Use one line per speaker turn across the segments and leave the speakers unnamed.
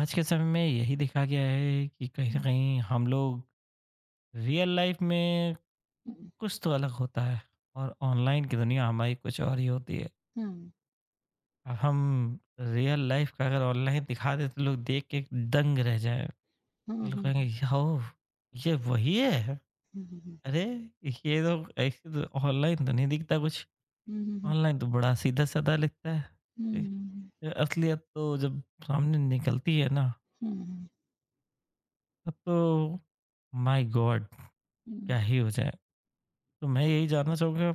आज के समय में यही देखा गया है कि कहीं न
हुँ,
कहीं हम लोग रियल लाइफ़ में
हुँ,
कुछ तो अलग होता है और ऑनलाइन की दुनिया हमारी कुछ और ही होती है।
हुँ,
अब हम रियल लाइफ़ का अगर ऑनलाइन दिखा दें तो लोग देख के दंग रह जाएँ।
हुँ,
लोग कहेंगे
हुँ,
याओ! ये वही है?
हुँ, हुँ, हुँ।
अरे! ये तो ऐसे तो ऑनलाइन तो नहीं दिखता कुछ।
हुँ, हुँ, हुँ।
ऑनलाइन तो बड़ा सीधा-साधा लगता है।
हुँ,
असलियत तो जब सामने निकलती है ना
हुँ, हुँ, हुँ,
तब तो माय गॉड!
हुँ,
क्या ही हो जाए। तो मैं यही जानना चाहूँगा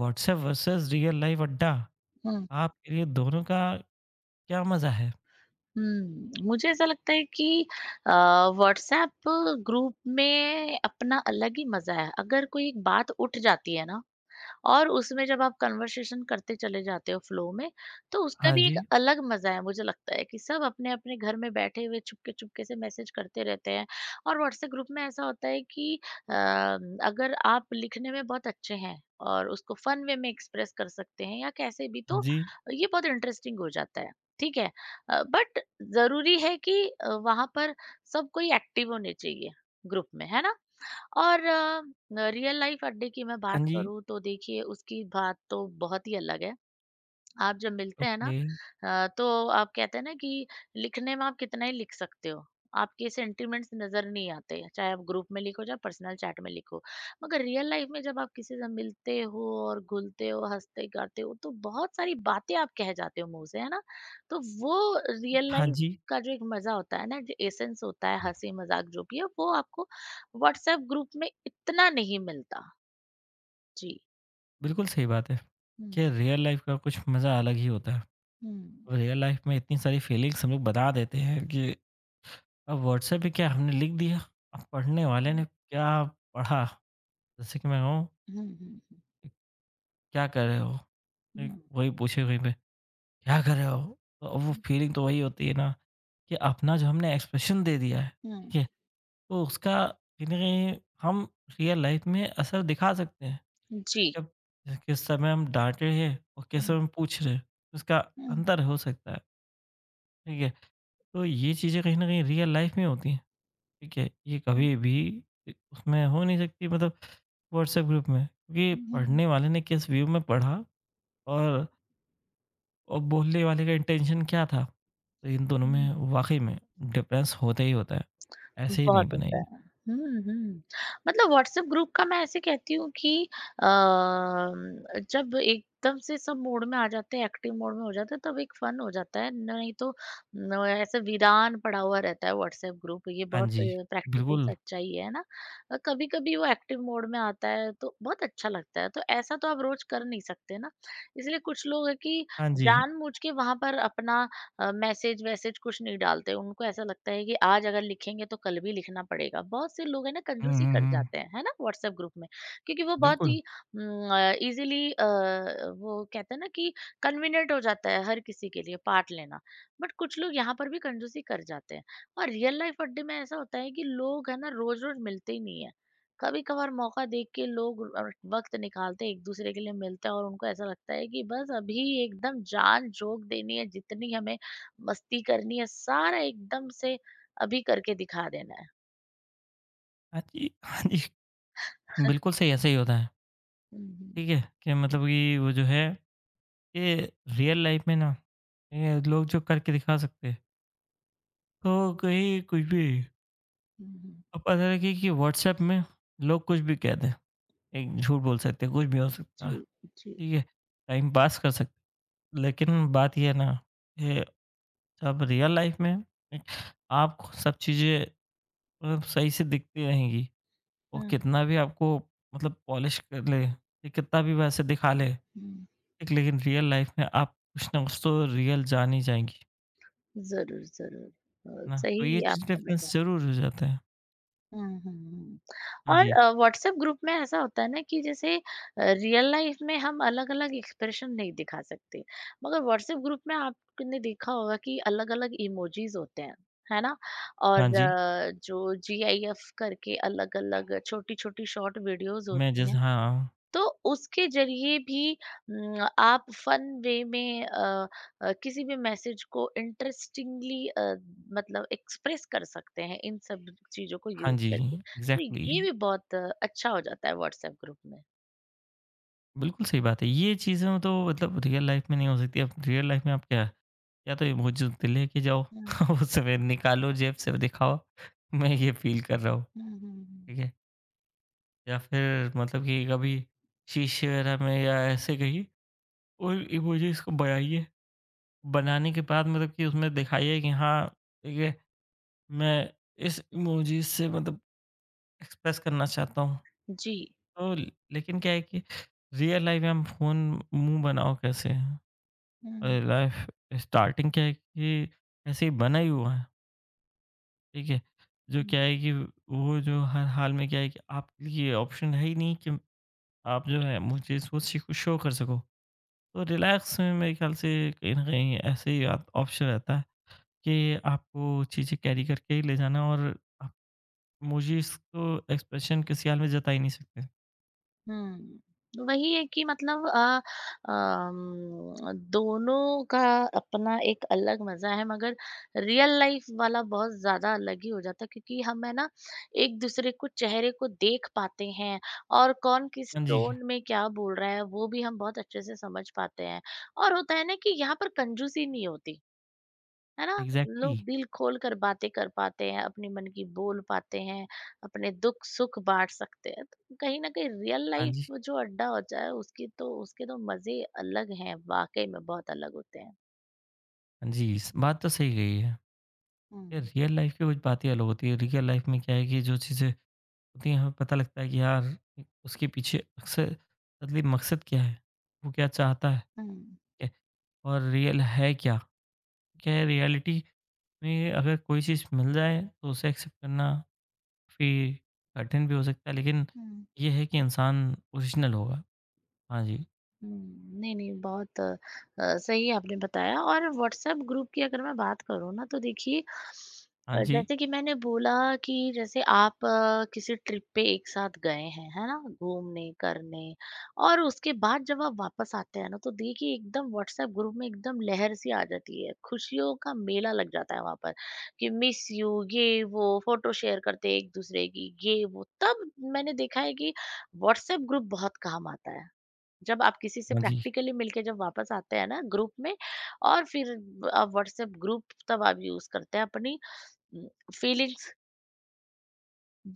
व्हाट्सएप वर्सेस रियल लाइफ अड्डा,
हुँ,
आपके लिए दोनों का क्या मज़ा है?
हुँ। मुझे ऐसा लगता है कि अ, व्हाट्सएप ग्रुप में अपना अलग ही मज़ा है। अगर कोई एक बात उठ जाती है ना, और उसमें जब आप कन्वर्सेशन करते चले जाते हो फ्लो में, तो उसका
हाँ
भी
जी,
एक अलग मज़ा है। मुझे लगता है कि सब अपने-अपने घर में बैठे हुए चुपके-चुपके से मैसेज करते रहते हैं। और व्हाट्सएप ग्रुप में ऐसा होता है कि अगर आप लिखने में बहुत अच्छे हैं और उसको फन वे में एक्सप्रेस कर सकते हैं या कैसे भी,
हाँ
तो
जी,
ये बहुत इंटरेस्टिंग हो जाता है, ठीक है? बट ज़रूरी है कि वहाँ पर सब कोई एक्टिव होने चाहिए ग्रुप में, है ना? और रियल लाइफ अड्डे की मैं
हाँ
बात
जी,
करूँ तो देखिए, उसकी बात तो बहुत ही अलग है। आप जब मिलते हैं ना,
ओके,
तो आप कहते हैं ना कि लिखने में आप कितना ही लिख सकते हो, आपके सेंटिमेंट्स नजर नहीं आते, चाहे आप ग्रुप में लिखो चाहे पर्सनल चैट में लिखो। मगर रियल लाइफ में जब आप किसी से मिलते हो और घुलते हो, हंसते करते हो, तो बहुत सारी बातें आप कह जाते हो मुंह से, है ना? तो वो रियल
हाँ
लाइफ
जी,
का जो एक मजा होता है ना, जो एसेंस होता है, हंसी मजाक जो भी है, वो आपको व्हाट्सएप ग्रुप में इतना नहीं मिलता। जी।
बिल्कुल सही बात है।
हम्म,
कि रियल लाइफ का कुछ मज़ा अलग ही होता
हम्म,
है। रियल लाइफ में इतनी सारी फीलिंग्स हम लोग बता देते हैं कि अब व्हाट्सएप पे क्या हमने लिख दिया, अब पढ़ने वाले
हम्म,
ने क्या पढ़ा? जैसे कि मैं कहूँ,
हम्म, हम्म,
क्या कर रहे हो? एक
हम्म,
वही पूछे वहीं पे। क्या कर रहे हो? वो
हम्म।
फीलिंग तो वही होती है ना कि अपना जो हमने एक्सप्रेशन दे दिया है,
हुँ,
ठीक है? तो उसका कहीं न कहीं हम रियल लाइफ़ में असर दिखा सकते हैं।
जी।
जब किस समय हम डाँट रहे हैं और किस
हुँ।
समय हम पूछ रहे हैं, तो उसका
हुँ,
अंतर हो सकता है, ठीक है? तो ये चीज़ें कहीं न कहीं रियल लाइफ़ में होती हैं, ठीक है? ये
हुँ,
कभी भी इ उसमें हो नहीं सकती मतलब व्हाट्सएप ग्रुप में, क्योंकि
हुँ,
पढ़ने वाले ने किस व्यू में पढ़ा और और बोलने वाले का इंटेंशन क्या था? तो इन दोनों
हुँ,
में वाक़ई में डिफरेंस होता ही होता है। ऐसे ही नहीं
बहुत होता
बनेगी।
है। हुँ, हुँ, मतलब व्हाट्सएप ग्रुप का मैं ऐसे कहती हूँ कि अ, जब एकदम से सब मोड में आ जाते हैं, एक्टिव मोड में हो जाते हैं, तब एक फन हो जाता है, नहीं तो न ऐसे वीरान पड़ा हुआ रहता है व्हाट्सएप ग्रुप, ये
हाँ
बहुत
जी,
प्रैक्टिकल
बिल्कुल।
सच्चाई है ना? कभी-कभी वो एक्टिव मोड में आता है, तो बहुत अच्छा लगता है, तो ऐसा तो आप रोज़ कर नहीं सकते ना, इसलिए कुछ लोग हैं कि
हाँ जी।
जानबूझ के वहाँ पर अपना मैसेज वैसेज कुछ नहीं डालते। उनको ऐसा लगता है कि आज अगर लिखेंगे तो कल भी लिखना पड़ेगा। बहुत से लोग है ना,
हुँ,
कंजूसी
हुँ,
कर
हुँ।
जाते हैं, है ना, व्हाट्सएप ग्रुप में, क्योंकि वो बहुत
बिल्कुल।
ही इजीली, वो कहते हैं ना कि कन्वीनियंट हो जाता है हर किसी के लिए पार्ट लेना। बट कुछ लोग यहाँ पर भी कंजूसी कर जाते हैं। और रियल लाइफ अड्डे में ऐसा होता है कि लोग है ना रोज रोज मिलते ही नहीं है। कभी कभार मौका देख के लोग वक्त निकालते एक दूसरे के लिए, मिलते हैं, और उनको ऐसा लगता है कि बस अभी एकदम जान जोक देनी है, जितनी हमें मस्ती करनी है, सारा एकदम से अभी करके दिखा देना है।
हाँ जी, हाँ जी। बिल्कुल सही ऐसे ही होता है।
हुँ, हुँ,
ठीक है? कि
हुँ।
मतलब कि वो जो है ये रियल लाइफ़ में ना ये लोग जो करके दिखा सकते हैं, तो कहीं कुछ भी
हुँ, हुँ।
अब पता लगे कि व्हाट्सऐप में लोग कुछ भी कह दें। एक झूठ बोल सकते हैं, कुछ भी हो सकता
जी,
है।
जी।
ठीक है? टाइम पास कर सकते हैं। लेकिन बात ये है ना, ये जब रियल लाइफ़ में आपको सब चीज़ें मतलब सही से दिखती रहेंगी, वो
हुँ।
कितना भी आपको मतलब पॉलिश कर ले, ये कितना भी वैसे दिखा ले,
हुँ, हुँ।
एक लेकिन रियल लाइफ़ में आप कुछ ना कुछ तो रियल जान ही जाएँगी,
ज़रूर, ज़रूर।
है ना? तो ये
सही
चीज़
आपने
डिफ़रेंस
बताया।
ज़रूर हो जाता है।
हुँ, हुँ, हुँ।
हाँ
और
जी,
व्हाट्सएप ग्रुप में ऐसा होता है ना कि जैसे रियल लाइफ़ में हम अलग-अलग एक्सप्रेशन नहीं दिखा सकते, मगर व्हाट्सएप ग्रुप में आपने देखा होगा कि अलग-अलग इमोजीज़ होते हैं, है ना?
हाँ
और
जी।
जो जीआईएफ करके अलग-अलग छोटी-छोटी शॉर्ट वीडियोज़
मैं
होती
जैसे
हैं।
हाँ,
तो उसके ज़रिए भी आप फन वे में किसी भी मैसेज को इंटरेस्टिंगली, मतलब एक्सप्रेस कर सकते हैं इन सब चीज़ों को
हाँ
यूज़
जी,
करके। तो
एग्ज़ैक्टली
ये भी बहुत अच्छा हो जाता है व्हाट्सएप ग्रुप में।
बिल्कुल सही बात है। ये चीज़ें तो मतलब रियल लाइफ़ में नहीं हो सकती। अब रियल लाइफ़ में आप क्या या तो ये मुझे लेके जाओ
हुँ,
उस समय निकालो जेब से दिखाओ, मैं ये फ़ील कर रहा हूँ,
हुँ, हुँ, हुँ।
ठीक है? या फिर मतलब कि कभी शीशे वगैरह में या ऐसे कहीं और ये मुझे इसको बनाइए, बनाने के बाद मतलब कि उसमें दिखाइए कि हाँ, ठीक है, मैं इस इमोजी से मतलब एक्सप्रेस करना चाहता हूँ।
जी।
तो लेकिन क्या है कि रियल लाइफ़ में हम फ़ोन मुँह बनाओ कैसे?
हुँ,
और लाइफ़ स्टार्टिंग क्या है कि ऐसे ही बना ही हुआ है। ठीक है? जो
हुँ।
क्या है कि वो जो हर हाल में क्या है कि आपके लिए ऑप्शन है ही नहीं कि आप जो है मुझे इस वो सी शो कर सको। तो रिलैक्स में मेरे ख़्याल से कहीं न कहीं ऐसे ही आप ऑप्शन रहता है कि आपको चीज़ें कैरी करके ही ले जाना और आप मुझे इसको एक्सप्रेशन किसी हाल में जता ही नहीं सकते।
हुँ। वही है कि मतलब दोनों का अपना एक अलग मज़ा है, मगर रियल लाइफ़ वाला बहुत ज़्यादा अलग ही हो जाता है, क्योंकि हम है ना एक-दूसरे को चेहरे को देख पाते हैं, और कौन किस
हाँ जी,
टोन में क्या बोल रहा है वो भी हम बहुत अच्छे से समझ पाते हैं। और होता है ना कि यहाँ पर कंजूसी नहीं होती। है ना,
एग्ज़ैक्टली।
लोग दिल खोल कर बातें कर पाते हैं, अपने मन की बोल पाते हैं, अपने दुख सुख बांट सकते हैं, तो कहीं ना कहीं रियल
हाँ
लाइफ
जी,
में जो अड्डा होता है उसकी तो, उसके तो मजे अलग हैं, वाकई में बहुत अलग होते हैं।
हाँ जी, इस बात तो सही कही है। ये
हम्म,
रियल लाइफ़ की कुछ बातें अलग होती है। रियल लाइफ़ में क्या है कि जो चीज़ें तो यहाँ पता लगता है कि यार उसके पीछे अक्सर असली मकसद क्या है, वो क्या चाहता है, ठीक
हम्म,
है? और रियल है क्या? क्या है रियलिटी में अगर कोई चीज़ मिल जाए तो उसे एक्सेप्ट करना काफ़ी कठिन भी हो सकता है लेकिन
हम्म।
ये है कि इंसान ओरिजिनल होगा। हाँ जी,
हुँ, नहीं, नहीं, बहुत सही आपने बताया। और व्हाट्सएप ग्रुप की अगर मैं बात करूँ ना, तो देखिए
हाँ जी,
जैसे कि मैंने बोला कि जैसे आप किसी ट्रिप पे एक साथ गए हैं, है ना? घूमने, करने, और उसके बाद जब आप वापस आते हैं ना, तो देखिए एकदम व्हाट्सएप ग्रुप में एकदम लहर सी आ जाती है, खुशियों का मेला लग जाता है वहाँ पर, कि मिस यू, ये वो, फ़ोटो शेयर करते हैं एक-दूसरे की, ये वो। तब मैंने देखा है कि व्हाट्सएप ग्रुप बहुत काम आता है। जब आप किसी से
हाँ जी, हाँ
प्रैक्टिकली मिलके जब वापस आते हैं ना ग्रुप में, और फिर आप व्हाट्सएप ग्रुप तब आप यूज करते हैं अपनी फीलिंग्स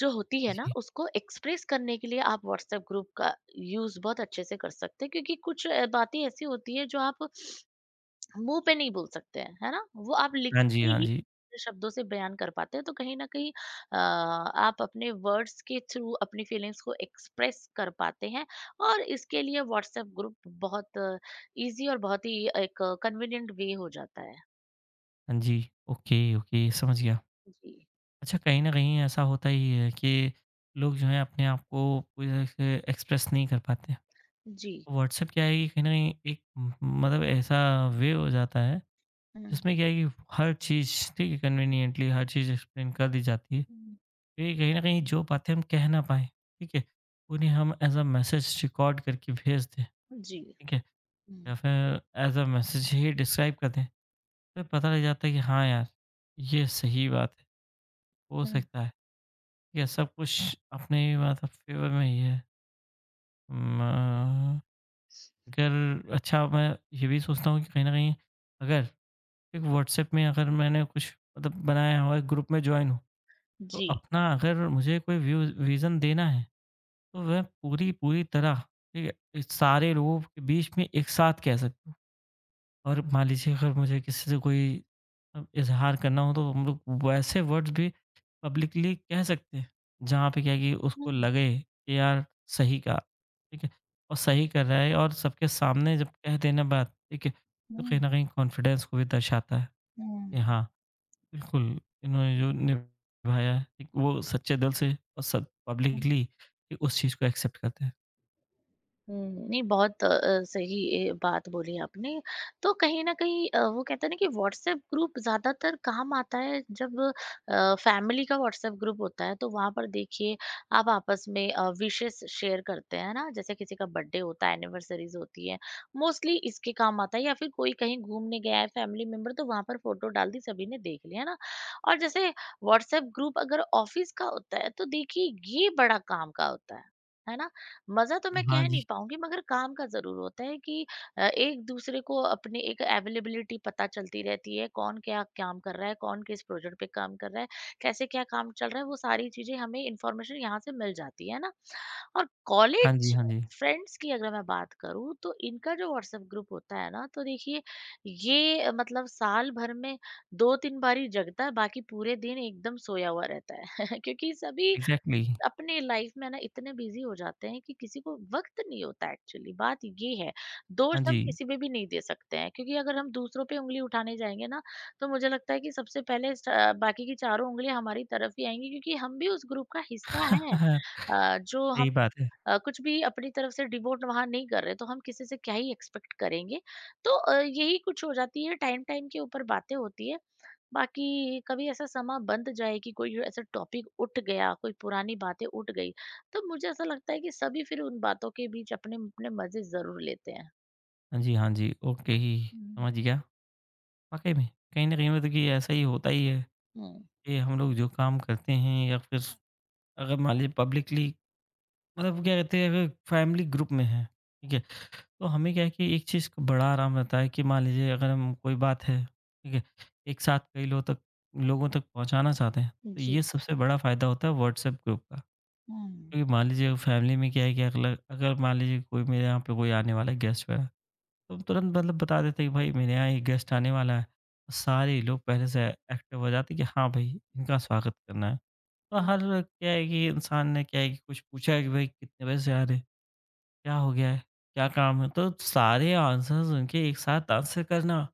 जो होती है ना
जी।
उसको एक्सप्रेस करने के लिए। आप व्हाट्सएप ग्रुप का यूज बहुत अच्छे से कर सकते हैं क्योंकि कुछ बातें ऐसी होती है जो आप मुँह पे नहीं बोल सकते हैं, है ना? वो आप लिख
हाँ जी,
के
हाँ
ही
जी,
अपने शब्दों से बयान कर पाते हैं, तो कहीं न कहीं आप अपने वर्ड्स के थ्रू अपनी फीलिंग्स को एक्सप्रेस कर पाते हैं, और इसके लिए व्हाट्सएप ग्रुप बहुत ईज़ी और बहुत ही एक कन्वीनिएंट वे हो जाता है।
हाँ जी। ओके, ओके समझ गया।
जी,
अच्छा कहीं न कहीं ऐसा होता ही है कि लोग जो हैं अपने आप को पूरी तरह से एक्सप्रेस नहीं कर पाते।
जी।
व्हाट्सएप क्या है कि कहीं न कहीं एक म मतलब ऐसा वे हो जाता है,
हुँ,
जिसमें क्या है कि हर चीज़ ठीक है कन्वीनिएंटली हर चीज़ एक्सप्लेन कर दी जाती है।
हुँ,
क्योंकि कहीं न कहीं जो
हुँ।
बातें हम कह ना पाएँ, ठीक है? उन्हें हम एज़ अ मैसेज रिकॉर्ड करके भेज दें,
जी।
ठीक है? या
हुँ,
फिर एज़ अ मैसेज ही डिस्क्राइब कर दें, तो पता लग जाता है कि हाँ यार, ये सही बात है, हो
हुँ।
सकता है। ये सब कुछ अपने मतलब फ़ेवर में ही है। म अगर अच्छा मैं ये भी सोचता हूँ कि कहीं न कहीं अगर एक व्हाट्सएप में अगर मैंने कुछ मतलब बनाया हो, एक ग्रुप में जॉइन हूँ, तो
जी।
अपना अगर मुझे कोई व्यू विज़न देना है, तो वह पूरी पूरी तरह, ठीक है? इस सारे लोगों के बीच में एक साथ कह सकता हूँ और मान लीजिए अगर मुझे किसी से कोई इज़हार करना हो तो हम लोग वैसे वर्ड्स भी पब्लिकली कह सकते हैं, जहाँ पे क्या है कि उसको
हुँ,
लगे कि यार सही कहा, ठीक है? और सही कर रहा है और सबके सामने जब कह देना बात, ठीक है? तो कहीं
हुँ,
न कहीं कॉन्फिडेंस को भी दर्शाता है कि
हुँ,
हाँ, बिल्कुल, इन्होंने जो निभाया है, एक वो सच्चे दिल से और सब
हुँ।
पब्लिकली उस चीज़ को एक्सेप्ट करते हैं।
हुँ, नहीं, बहुत सही बात बोली आपने। तो कहीं न कहीं वो कहते हैं ना कि व्हाट्सएप ग्रुप ज़्यादातर काम आता है जब फैमिली का व्हाट्सएप ग्रुप होता है। तो वहाँ पर देखिए आप आपस में विशेस शेयर करते हैं ना, जैसे किसी का बर्थडे होता है, एनिवर्सरीज़ होती है, मोस्टली इसके काम आता है। या फिर कोई कहीं घूमने गया है फैमिली मेंबर, तो वहाँ पर फ़ोटो डाल दी, सभी ने देख लिया, है ना? और जैसे व्हाट्सएप ग्रुप अगर ऑफ़िस का होता है तो देखिए ये बड़ा काम का होता है ना? मज़ा तो मैं
हाँ
कह नहीं
जी,
पाऊँगी, मगर काम का ज़रूर होता है कि एक दूसरे को अपनी एक अवेलेबिलिटी पता चलती रहती है, कौन क्या काम कर रहा है, कौन किस प्रोजेक्ट पे काम कर रहा है, कैसे क्या काम चल रहा है, वो सारी चीज़ें हमें, इन्फॉर्मेशन यहाँ से मिल जाती है ना। और
हाँ जी,
कॉलेज
हाँ जी।
फ्रेंड्स की अगर मैं बात करूँ, तो इनका जो व्हाट्सएप ग्रुप होता है ना, तो देखिए ये मतलब साल भर में 2-3 बार ही जगता है, बाकी पूरे दिन एकदम सोया हुआ रहता है क्योंकि सभी
एग्ज़ैक्टली,
अपने लाइफ में ना इतने बिजी हो जाते हैं कि किसी को वक्त नहीं होता। एक्चुअली बात ये है, दोष
हाँ
हम
जी।
किसी पे भी नहीं दे सकते हैं क्योंकि अगर हम दूसरों पे उंगली उठाने जाएंगे ना, तो मुझे लगता है कि सबसे पहले बाकी की चारों उंगली हमारी तरफ ही आएंगी, क्योंकि हम भी उस ग्रुप का हिस्सा हैं। जो हम
सही बात है।
कुछ भी अपनी तरफ से डिवोट वहाँ नहीं कर रहे, तो हम किसी से क्या ही एक्सपेक्ट करेंगे। तो यही कुछ हो जाती है, टाइम टाइम के ऊपर बातें होती है। बाकी कभी ऐसा समा बंद जाए कि कोई ऐसा टॉपिक उठ गया, कोई पुरानी बातें उठ गई, तो मुझे ऐसा लगता है कि सभी फिर उन बातों के बीच अपने अपने मजे जरूर लेते हैं।
हाँ जी, हाँ जी, ओके ही,
हम्म,
समझ गया। वाक़ई में, कहीं न कहीं मतलब कि ऐसा ही होता ही है
हम्म।
कि हम लोग जो काम करते हैं या फिर अगर मान लीजिए पब्लिकली मतलब क्या कहते हैं अगर फैमिली ग्रुप में है, ठीक है? तो हमें क्या है कि एक चीज़ का बड़ा आराम रहता है कि मान लीजिए अगर हम कोई बात है, ठीक है? एक साथ कई लोगों तक पहुँचाना चाहते हैं, तो
जी।
ये सबसे बड़ा फ़ायदा होता है व्हाट्सएप ग्रुप का।
हम्म,
क्योंकि मान लीजिए फैमिली में क्या है कि अगला अगर मान लीजिए कोई मेरे यहाँ पे कोई आने वाला है गेस्ट वगैरह, तो हम तुरंत मतलब बता देते हैं कि भाई मेरे यहाँ एक गेस्ट आने वाला है। तो सारे लोग पहले से एक्टिव हो जाते हैं कि हाँ भाई, इनका स्वागत करना है। तो
हम्म,
हर क्या है कि इंसान ने क्या है कि कुछ पूछा है कि भाई कितने बजे से आ रहे? हैं? क्या हो गया है? क्या काम है? तो सारे आंसर्स उनके एक साथ आंसर करना,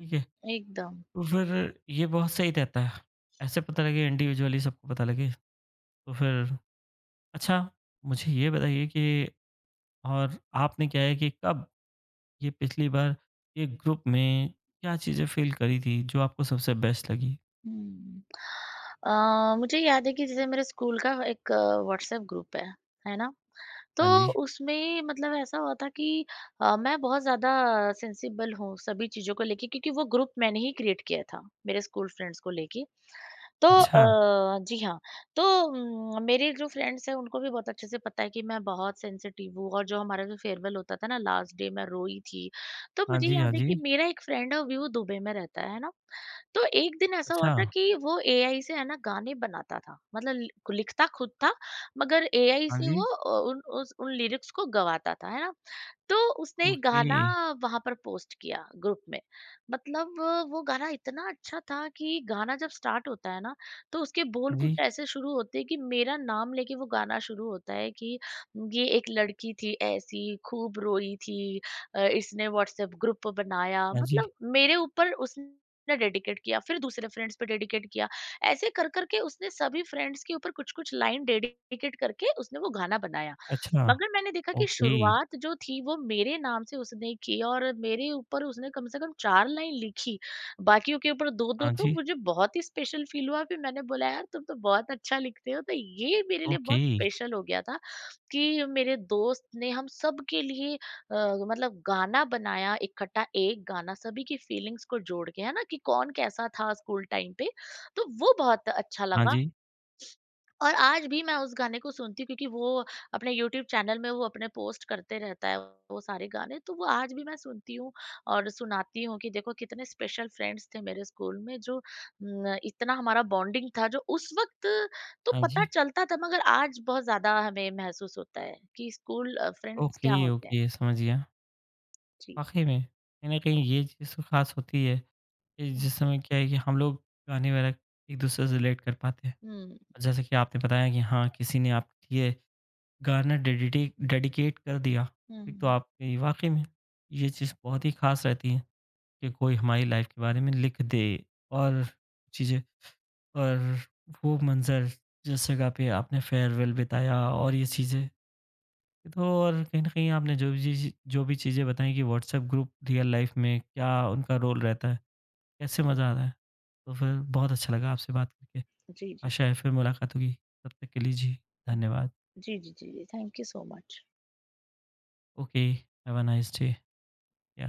ठीक है?
एकदम।
तो फिर ये बहुत सही रहता है। ऐसे पता लगे इंडिविजुअली सबको पता लगे, तो फिर अच्छा मुझे ये बताइए कि और आपने क्या है कि कब ये पिछली बार ये ग्रुप में क्या चीज़ें फ़ील करी थी जो आपको सबसे बेस्ट लगी?
हुँ। मुझे याद है कि जैसे मेरे स्कूल का एक व्हाट्सएप ग्रुप है ना? तो
हाँ जी।
उसमें मतलब ऐसा हुआ था कि मैं बहुत ज़्यादा सेंसिबल हूँ सभी चीज़ों को लेके, क्योंकि वो ग्रुप मैंने ही क्रिएट किया था, मेरे स्कूल फ्रेंड्स को लेके। तो
अच्छा।
जी हाँ, तो मेरे जो फ्रेंड्स हैं उनको भी बहुत अच्छे से पता है कि मैं बहुत सेंसिटिव हूँ, और जो हमारा जो फेयरवेल होता था ना लास्ट डे, मैं रोई थी। तो
हाँ
मुझे
जी, हाँ
याद है
जी।
कि मेरा एक फ्रेंड है, वो दुबई में रहता है ना? तो एक दिन ऐसा हुआ
अच्छा।
था कि वो एआई से है ना गाने बनाता था, मतलब लिखता खुद था, मगर एआई
हाँ
से
जी।
वो उन लिरिक्स को गवाता था, है ना? तो उसने एक
ओके।
गाना वहाँ पर पोस्ट किया ग्रुप में। मतलब वो गाना इतना अच्छा था कि गाना जब स्टार्ट होता है ना, तो उसके बोल
हाँ
कुछ
जी।
ऐसे शुरू होते हैं कि मेरा नाम लेके वो गाना शुरू होता है कि ये एक लड़की थी ऐसी, खूब रोई थी, इसने व्हाट्सएप ग्रुप बनाया।
हाँ जी।
मतलब मेरे ऊपर उसने डेडिकेट किया, फिर दूसरे फ्रेंड्स पे डेडिकेट किया। ऐसे कर-कर के उसने सभी फ्रेंड्स के ऊपर कुछ-कुछ लाइन डेडिकेट करके उसने वो गाना बनाया।
अच्छा।
मगर मैंने देखा कि
ओके।
शुरुआत जो थी वो मेरे नाम से उसने की, और मेरे ऊपर उसने कम से कम 4 लाइन लिखी, बाकियों के ऊपर 2-2।
हाँ
तो
जी।
मुझे बहुत ही स्पेशल फ़ील हुआ। फिर मैंने बोला, यार तुम तो बहुत अच्छा लिखते हो। तो ये मेरे लिए
ओके।
बहुत स्पेशल हो गया था कि मेरे दोस्त ने हम सबके लिए मतलब गाना बनाया, इकट्ठा एक गाना सभी की फीलिंग्स को जोड़ के, है ना? कि कौन कैसा था स्कूल टाइम पे, तो वो बहुत अच्छा
हाँ
लगा।
जी।
और आज भी मैं उस गाने को सुनती हूँ, क्योंकि वो अपने यूट्यूब चैनल में वो अपने पोस्ट करते रहता है वो सारे गाने। तो वो आज भी मैं सुनती हूँ और सुनाती हूँ कि देखो कितने स्पेशल फ्रेंड्स थे मेरे स्कूल में जो, न, इतना हमारा बॉन्डिंग था जो उस वक्त तो
हाँ
पता
जी।
चलता था, मगर आज बहुत ज्यादा हमें महसूस होता है कि स्कूल फ्रेंड्स
ओके,
क्या होते हैं।
ओके समझ गया।
जी।
वाक़ई में कहीं न कहीं ये चीज़ तो ख़ास होती है कि
हम्म,
जिस समय क्या है कि हम लोग गाने वगैरह एक-दूसरे से रिलेट कर पाते हैं।
हम्म,
और जैसे कि आपने बताया कि हाँ, किसी ने आपके लिए गाना डेडिटे डेडिकेट कर दिया, एक तो
हम्म।
आपकी वाक़ई में ये चीज़ बहुत ही ख़ास रहती है कि कोई हमारी लाइफ़ के बारे में लिख दे और चीज़ें और वो मंज़र जिस जगह पे आपने फेयरवेल बिताया और ये चीज़ें तो और कहीं न कहीं आपने जो भी चीज़ जो भी चीज़ें बताई कि व्हाट्सएप ग्रुप रियल लाइफ़ में क्या उनका रोल रहता है, कैसे मज़ा आता है। तो फिर बहुत अच्छा लगा आपसे बात करके।
जी, जी,
आशा है फिर मुलाकात होगी। तब तक के लिए जी धन्यवाद।
जी, जी, जी, thank you so much.
Okay, have a nice day. या